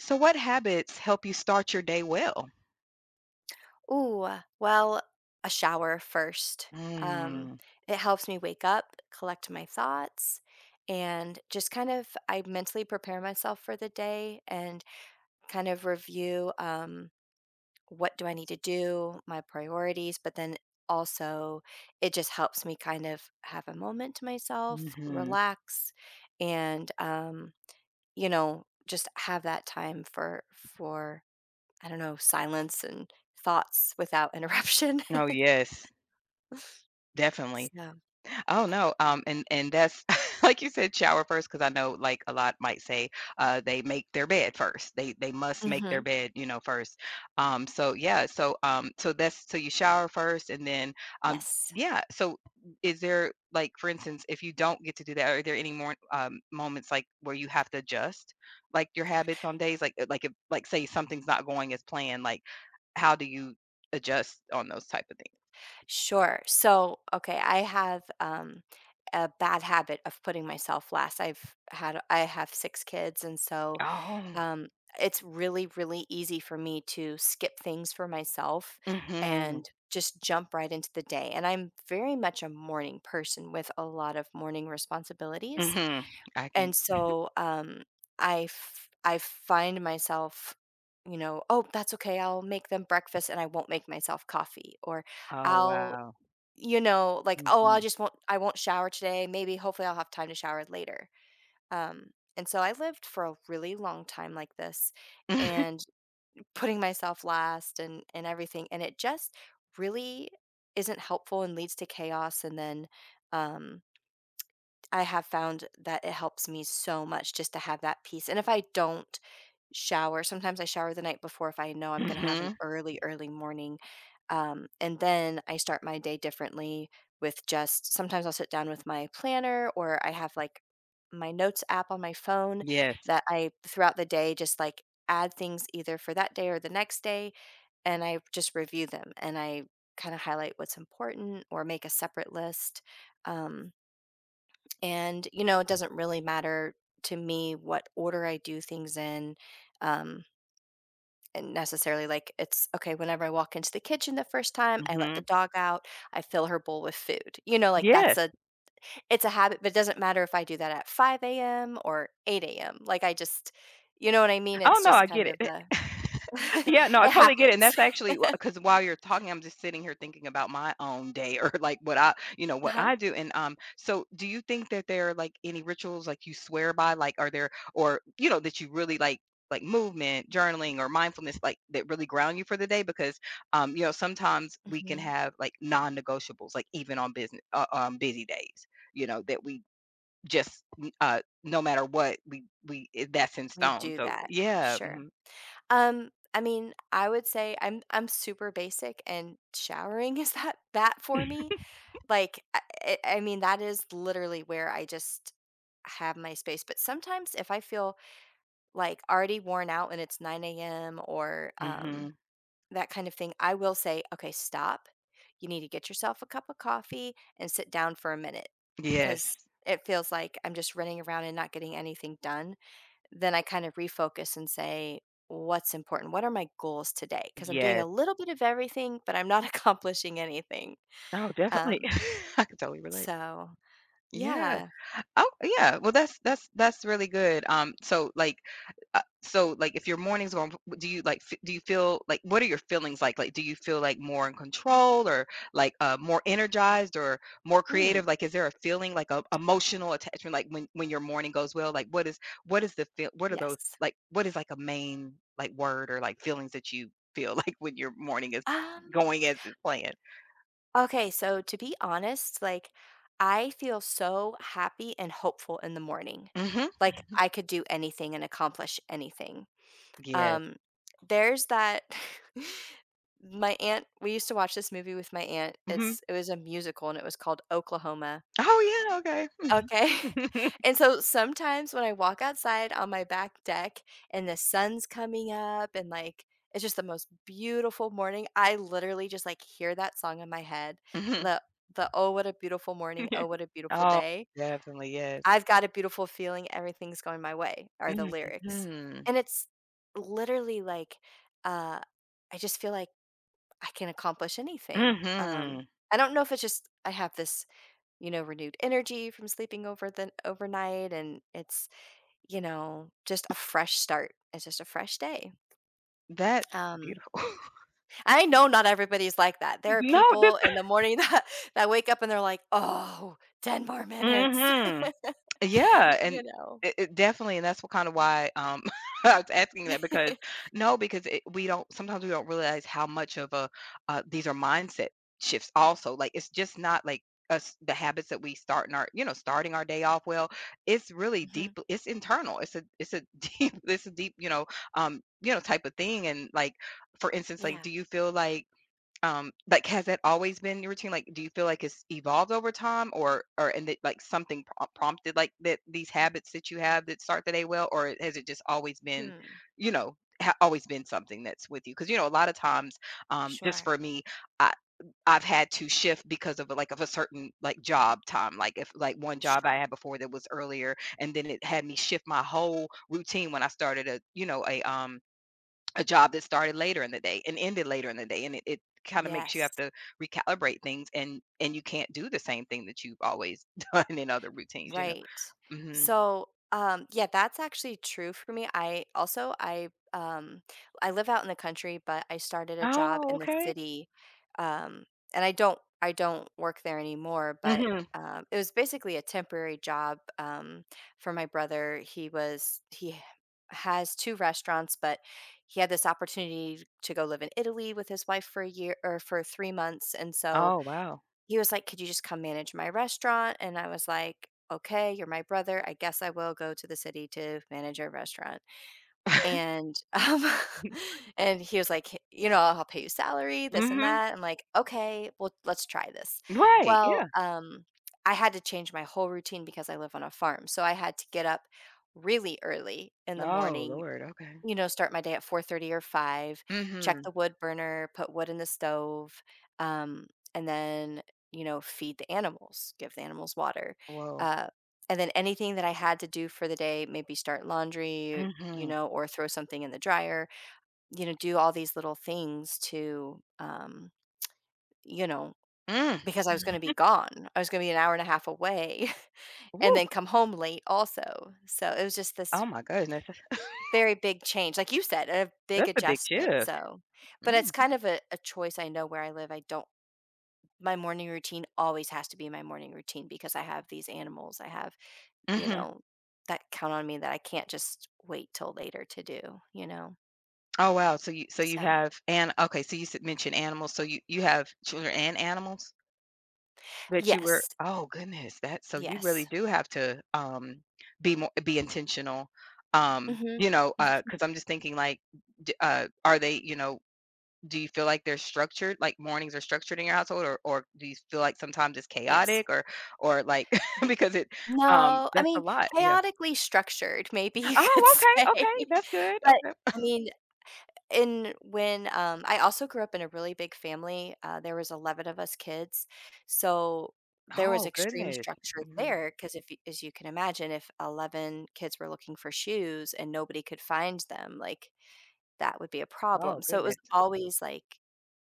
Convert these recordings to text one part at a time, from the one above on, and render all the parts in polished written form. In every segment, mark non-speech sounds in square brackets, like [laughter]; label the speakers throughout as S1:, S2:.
S1: So what habits help you start your day well?
S2: Ooh, well, a shower first. Um,
S1: Mm,
S2: it helps me wake up, collect my thoughts, and just kind of I mentally prepare myself for the day and kind of review what do I need to do, my priorities, but then also it just helps me kind of have a moment to myself,
S1: mhm.
S2: relax, and you know, just have that time for I don't know, silence and thoughts without interruption.
S1: Oh,
S2: [laughs]
S1: yes, definitely.
S2: So
S1: Oh no, and that's [laughs] like you said, shower first because I know like a lot might say they make their bed first. They must make their
S2: mhm,
S1: bed, you know, first. So that's so you shower first, and then
S2: yes.
S1: yeah. So is there like, for instance, if you don't get to do that, are there any more moments like where you have to adjust like your habits on days like if like say something's not going as planned, like how do you adjust on those type of
S2: Sure. So, okay, I have, a bad habit of putting myself last. I have 6 kids, and so,
S1: things?
S2: um, it's really, really easy for me to skip things for myself
S1: Oh,
S2: and just jump right into the day, and I'm very much a morning person with a lot of morning responsibilities.
S1: mhm. I can
S2: And so, I find myself, you know, "Oh, that's okay, I'll make them breakfast and I won't make myself coffee," or
S1: oh,
S2: I'll
S1: wow.
S2: you know, like, "Oh, I
S1: Mhm.
S2: just won't I won't shower today, maybe hopefully I'll have time to shower later." Um, and so I lived for a really long time like this
S1: Mhm.
S2: and putting myself last and everything, and it just really isn't helpful and leads to chaos and then, um I have found that it helps me so much just to have that peace, and if I don't shower sometimes I shower the night before if I know I'm gonna have an
S1: [laughs]
S2: early, early morning, and then I start my day differently with just sometimes I'll sit down with my planner or I have, like, my notes app on my phone
S1: Yes.
S2: that I throughout the day just, like, add things either for that day or the next day, and I just review them, and I kinda highlight what's important or make a separate list, um and, you know, it doesn't really matter to me what order I do things in. Um, and necessarily like it's okay whenever I walk into the kitchen the first time, I let the
S1: Mhm.
S2: dog out, I fill her bowl with food. You know, like that's
S1: Yes.
S2: a it's a habit, but it doesn't matter if I do that at 5 a.m. or 8 a.m. Like I just you know what I mean?
S1: Oh,
S2: It's
S1: no,
S2: just
S1: I get
S2: kind of
S1: it.
S2: the
S1: [laughs]
S2: [laughs]
S1: Yeah, no, I
S2: it
S1: totally get it, and
S2: happens.
S1: that's
S2: [laughs]
S1: actually because while you're talking, I'm just sitting here thinking about my own day or, like, what what
S2: Uh-huh.
S1: I do, and, so do you think that there are, like, any rituals, like, you swear by? Like, are there or, you know, that you really like movement, journaling, or mindfulness, like, that really ground you for the day? Because, you know, sometimes we can
S2: Hmm.
S1: have, like, non-negotiables, like, even on business on busy days, you know, that we just, no matter what, we I that's in
S2: We
S1: stone,
S2: do
S1: so
S2: that.
S1: yeah,
S2: Sure.
S1: mhm.
S2: I mean, I would say I'm super basic and showering [laughs] is that for me? Like I mean that is literally where I just have my space. But sometimes if I feel like already worn out and it's 9 a.m. or
S1: Mhm. [clears throat]
S2: that kind of thing, I will say, okay, stop. You need to get yourself a cup of coffee and sit down for a minute
S1: Yes.
S2: because it feels like I'm just running around and not getting anything done then I kind of refocus and say, what's important? What are my goals today? Because I'm doing a
S1: Yes.
S2: little bit of everything, but I'm not [laughs] accomplishing anything.
S1: Oh, definitely.
S2: Um,
S1: [laughs] I can totally relate.
S2: so
S1: Yeah.
S2: yeah.
S1: Oh, yeah. Well, that's really good. So like, if your mornings going, do you like, do you feel like, what are your feelings like? Like, do you feel like more in control, or like more energized, or more
S2: Mm,
S1: creative? Like, is there a feeling like a emotional attachment? Like when your morning goes well, like what is the feel? What are those
S2: yes.
S1: like? What is like a main like word or like feelings that you feel [laughs] like when your morning is
S2: Um,
S1: going as it's planned?
S2: okay. So to be honest, like I feel so happy and hopeful in the morning.
S1: Mm-hmm.
S2: Like I could do anything and accomplish anything.
S1: Yes.
S2: Um, there's that [laughs] my aunt we used to watch this movie with my aunt.
S1: Mm-hmm.
S2: It was a musical and it was called Oklahoma.
S1: Oh yeah. Okay.
S2: Okay. [laughs]
S1: [laughs]
S2: And
S1: [laughs]
S2: so sometimes when I walk outside on my back deck and the sun's coming up and like it's just the most beautiful morning, I literally just like hear that song in my head.
S1: Mhm.
S2: The the oh what a beautiful morning, oh what
S1: [laughs]
S2: a beautiful
S1: Oh,
S2: day.
S1: definitely, yes.
S2: I've got a beautiful feeling everything's going my way are the lyrics.
S1: Mhm.
S2: And it's literally like uh I just feel like I can accomplish anything.
S1: Mhm.
S2: I don't know if it's just I have this you know, renewed energy from sleeping over the overnight and it's, you know, just a fresh start. It's just a fresh day.
S1: That's
S2: Um,
S1: beautiful. [laughs]
S2: I know not everybody's like that. There are
S1: No, this
S2: people in the morning [laughs] that, that wake up and they're like, oh, 10 more
S1: [laughs]
S2: minutes.
S1: Mhm.
S2: [laughs]
S1: Yeah,
S2: You
S1: and
S2: know.
S1: it definitely and that's what kinda why, [laughs] I was asking that because no, because it we don't sometimes we don't realize how much of a these are mindset shifts also, like, it's just not, like, us the habits that we start in our you know, starting our day off well, it's really
S2: Hmm.
S1: deep it's internal, it's a [laughs] deep it's a deep, you know, type of thing, and, like, for instance, like,
S2: Yeah.
S1: do you feel like, has that always been your routine? Like, do you feel like it's evolved over time or and that like something prompted like that these habits that you have that start the day well, or has it just always been,
S2: Hmm.
S1: you know, ha always been something that's with you? Because you know, a lot of times, just
S2: Sure.
S1: for me, I I've had to shift because of like of a certain like job time. Like if like one job I
S2: Sure.
S1: had before that was earlier, and then it had me shift my whole routine when I started a a job that started later in the day and ended later in the day and it kind of makes you have
S2: Yes.
S1: to recalibrate things and you can't do the same thing that you've always [laughs] done in other routines you know
S2: Right.
S1: hmm
S2: So, yeah, that's actually true for me. I also, I live out in the country, but I started a job
S1: Oh,
S2: in the
S1: okay.
S2: city. Um, and I don't work there anymore, but
S1: Hmm.
S2: it was basically a temporary job for my brother. He was he h- has two restaurants, but he had this opportunity to go live in Italy with his wife for a year or for 3 months, and so
S1: Oh, wow.
S2: he was like, "Could you just come manage my restaurant?" And I was like, "Okay, you're my brother. I guess I will go to the city to manage your restaurant."
S1: [laughs]
S2: And, [laughs] and he was like, you know, I'll pay you salary, this and
S1: Hmm
S2: that." I'm like, "Okay, well, let's try this."
S1: right
S2: Well,
S1: yeah.
S2: I had to change my whole routine because I live on a farm, so I had to get up really early in the
S1: Oh,
S2: morning
S1: Lord. Okay.
S2: you know, start my day at 4:30 or 5, check the
S1: Hmm.
S2: wood burner, put wood in the stove, um, and then, you know, feed the animals, give the animals water.
S1: Whoa.
S2: Uh, and then anything that I had to do for the day, maybe start laundry, you
S1: Hmm.
S2: know, or throw something in the dryer, you know, do all these little things to, you know,
S1: Mm.
S2: because I was going to be gone. I was going to be an hour and a half away [laughs] and
S1: Woo.
S2: then come home late also. So it was just this
S1: Oh my goodness. [laughs] That's,
S2: very big change, like you said, a big
S1: a big
S2: adjustment,
S1: shift.
S2: so but it's kind
S1: Hmm.
S2: of a choice, I know where I live, I don't my morning routine always has to be my morning routine because I have these animals, I have, you
S1: Hmm.
S2: know, that count on me that I can't just wait till later to do, you know?
S1: Oh wow so you
S2: So
S1: have and okay so you mentioned animals so you have children and animals that you were
S2: yes,
S1: oh goodness, that so you really
S2: yes.
S1: do have to, be intentional,
S2: Mhm.
S1: you know, Because 'cause I'm just thinking like, d are they, you know do you feel like they're structured, like mornings are structured in your household, or do you feel like sometimes it's
S2: Yes.
S1: chaotic or like [laughs] because it,
S2: No, I
S1: that's a
S2: mean,
S1: lot, yeah.
S2: chaotically structured, maybe you could [laughs]
S1: Oh,
S2: say,
S1: okay, okay, that's good,
S2: but,
S1: okay.
S2: I mean and when I also grew up in a really big family, there was 11 of us kids, so there was
S1: Oh
S2: extreme
S1: goodness,
S2: structure
S1: mhm,
S2: there because if, y- as you can imagine, if 11 kids were looking for shoes and nobody could find them, like that would be a problem.
S1: oh
S2: So it was
S1: goodness,
S2: always like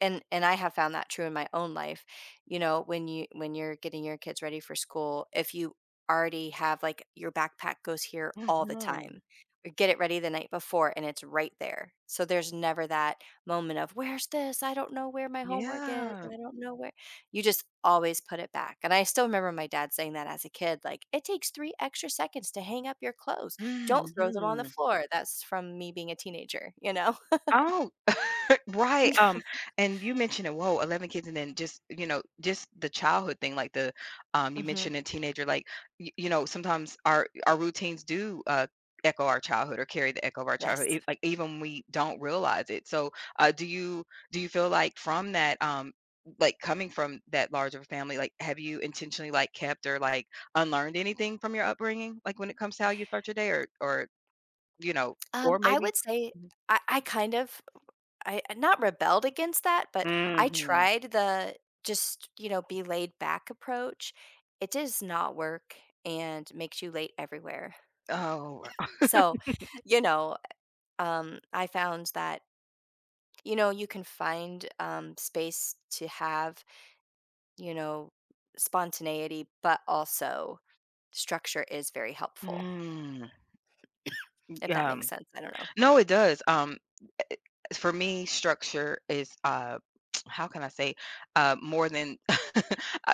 S2: and I have found that true in my own life, you know, when you're getting your kids ready for school, if you already have like your backpack goes here all the time,
S1: mhm,
S2: or get it ready the night before and it's right there. So there's never that moment of where's this? I don't know where my homework is.
S1: yeah,
S2: I don't know where. You just always put it back. And I still remember my dad saying that as a kid, like it takes three extra seconds to hang up your clothes. Don't throw them on the
S1: mhm.
S2: floor. That's from me being a teenager, you know?
S1: Oh, [laughs] right,
S2: [laughs]
S1: and you mentioned it whoa, 11 kids and then just, you know, just the childhood thing, like the, you
S2: Mhm.
S1: mentioned a teenager, like, y you know, sometimes our routines do, echo our childhood or carry the echo of our childhood,
S2: Yes.
S1: e like, even when we don't realize it, so, uh, do you do you feel like from that, like, coming from that large of a family, like, have you intentionally, like, kept or, like, unlearned anything from your upbringing, like, when it comes to how you start your day or, you know, or
S2: I
S1: maybe
S2: would say
S1: mhm.
S2: I kind of I not rebelled against that, but I
S1: Mhm.
S2: tried the just, you know, be laid back approach. It does not work and makes you late everywhere.
S1: Oh,
S2: So, you know, I found that, you know, you can find, space to have, you know, spontaneity, but also structure is very helpful.
S1: mm,
S2: If that
S1: yeah,
S2: makes sense, I don't know.
S1: no, it does, for me, structure is [tsk] how can I say more than [laughs]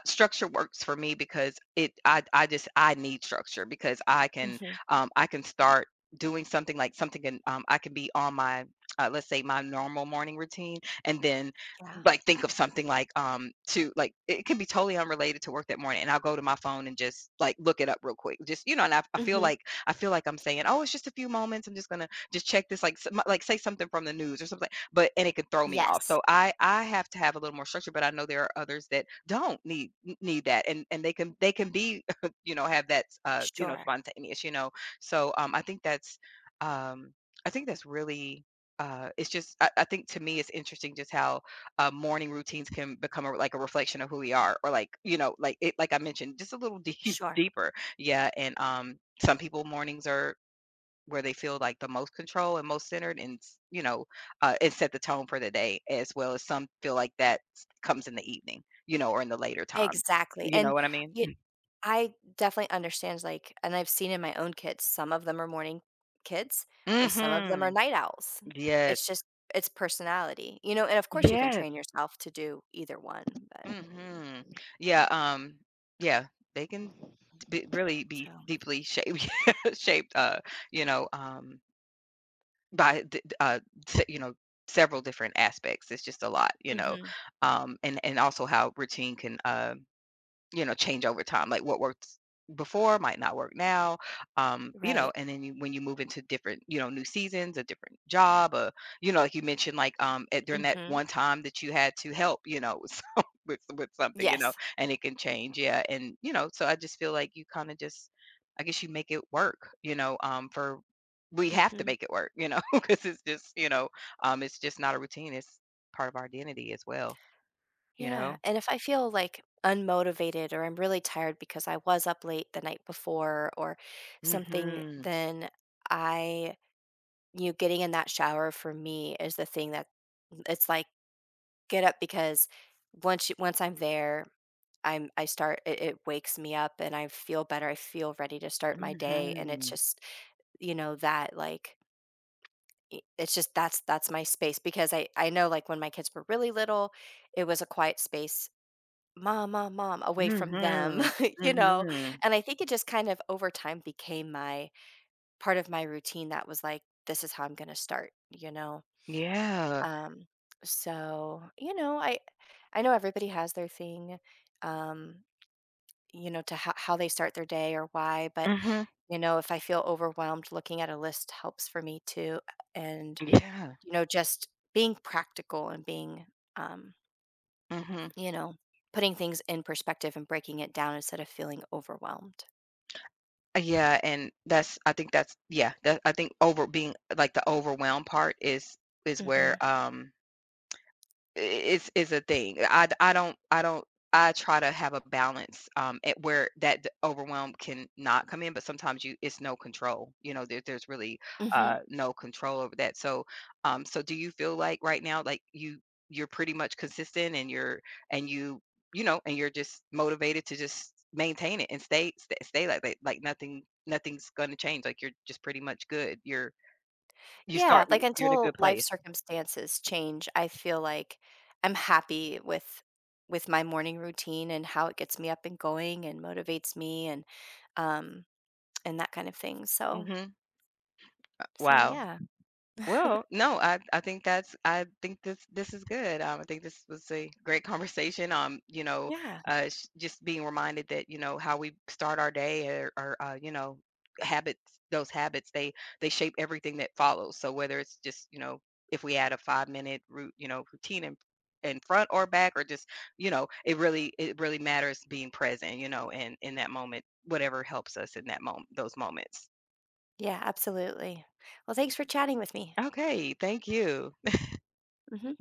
S1: structure works for me because it I just I need structure because
S2: Mhm,
S1: I can start doing something like something can I can be on my let's say my normal morning routine and then
S2: yeah.
S1: like think of something like to like it can be totally unrelated to work that morning and I'll go to my phone and just like look it up real quick just you know and
S2: Mhm.
S1: I feel like I'm saying oh it's just a few moments I'm just gonna just check this like some, like say something from the news or something but and it could throw me off
S2: Yes.
S1: so I have to have a little more structure but I know there are others that don't need need that and they can be [laughs] you know have that you know
S2: Sure,
S1: spontaneous you know so I think that's um I think that's really it's just I think to me it's interesting just how morning routines can become a, like a reflection of who we are or like you know like it like I mentioned just a little deep [laughs]
S2: sure.
S1: deeper yeah and some people mornings are where they feel like the most control and most centered and you know it set the tone for the day as well as some feel like that comes in the evening you know or in the later times
S2: Exactly,
S1: you know
S2: and
S1: what I mean
S2: you, I definitely understand, like and I've seen in my own kids, some of them are morning kids and some of them are
S1: mhm
S2: night owls.
S1: yes
S2: It's just it's personality, you know, and of course you can
S1: yes
S2: train yourself to do either one, but
S1: mhm yeah yeah they can be, really be
S2: so
S1: deeply shaped [laughs] shaped you know by you know several different aspects it's just a lot you know
S2: mhm.
S1: and also how routine can you know, change over time. Like what worked before might not work now. You know,
S2: Right.
S1: and then you, when you move into different, you know, new seasons, a different job, or you know, like you mentioned, like during that
S2: Mhm.
S1: one time that you had to help, you know, [laughs] with with something, you know,
S2: Yes.
S1: and it can change, yeah, and you know, so I just feel like you kind of just, I guess you make it work, you know, for we have to
S2: Mhm.
S1: make it work, you know, [laughs] because it's just, you know, it's just not a routine. It's part of our identity as well, you
S2: Yeah,
S1: know.
S2: and if I feel like unmotivated or I'm really tired because I was up late the night before or something,
S1: Mm-hmm.
S2: then I, you know, getting in that shower for me is the thing that mm, it's like get up because once I'm there, I start it, it wakes me up and I feel better. I feel ready to start my day and it's
S1: Mm-hmm.
S2: just, you know, that like it's just that's my space because I know like when my kids were really little, it was a quiet space. Mom, mom, mom, away from them,
S1: Mhm.
S2: [laughs] you know?
S1: Mhm.
S2: And I think it just kind of over time became my part of my routine that was like, this is how I'm gonna start, you know?
S1: Yeah.
S2: Um, so, you know, I know everybody has their thing, um, you know, to how they start their day or why, but
S1: Mhm.
S2: you know, if I feel overwhelmed, looking at a list helps for me too. And,
S1: Yeah.
S2: you know, just being practical and being um
S1: Mhm.
S2: you know, putting things in perspective and breaking it down instead of feeling overwhelmed.
S1: Yeah, and that's I think that's yeah, that I think over being like the overwhelmed part is
S2: Mhm.
S1: where, is a thing I do not I don't I try to have a balance at where that overwhelm can not come in, but sometimes you it's no control. You know, there's really
S2: Mhm.
S1: no control over that. So so do you feel like right now like you're pretty much consistent and you you know and you're just motivated to just maintain it and stay like that like nothing nothing's going to change like you're just pretty much good. You're you
S2: Yeah,
S1: start
S2: like,
S1: you're in a
S2: until
S1: good
S2: life
S1: place.
S2: circumstances change, I feel like I'm happy with my morning routine and how it gets me up and going and motivates me um, and that kind of thing. So
S1: Mhm.
S2: so
S1: Wow.
S2: yeah.
S1: Well, no, I think that's I think this is good. I think this was a great conversation. You know,
S2: Yeah.
S1: just being reminded that you know how we start our day or you know, habits. Those habits they shape everything that follows. So whether it's just you know if we add a 5-minute route, you know, routine in front or back, or just you know, it really matters being present. You know, and in that moment, whatever helps us in that moment, those moments.
S2: Yeah, absolutely. Well, thanks for chatting with me.
S1: Okay, thank you.
S2: Mhm.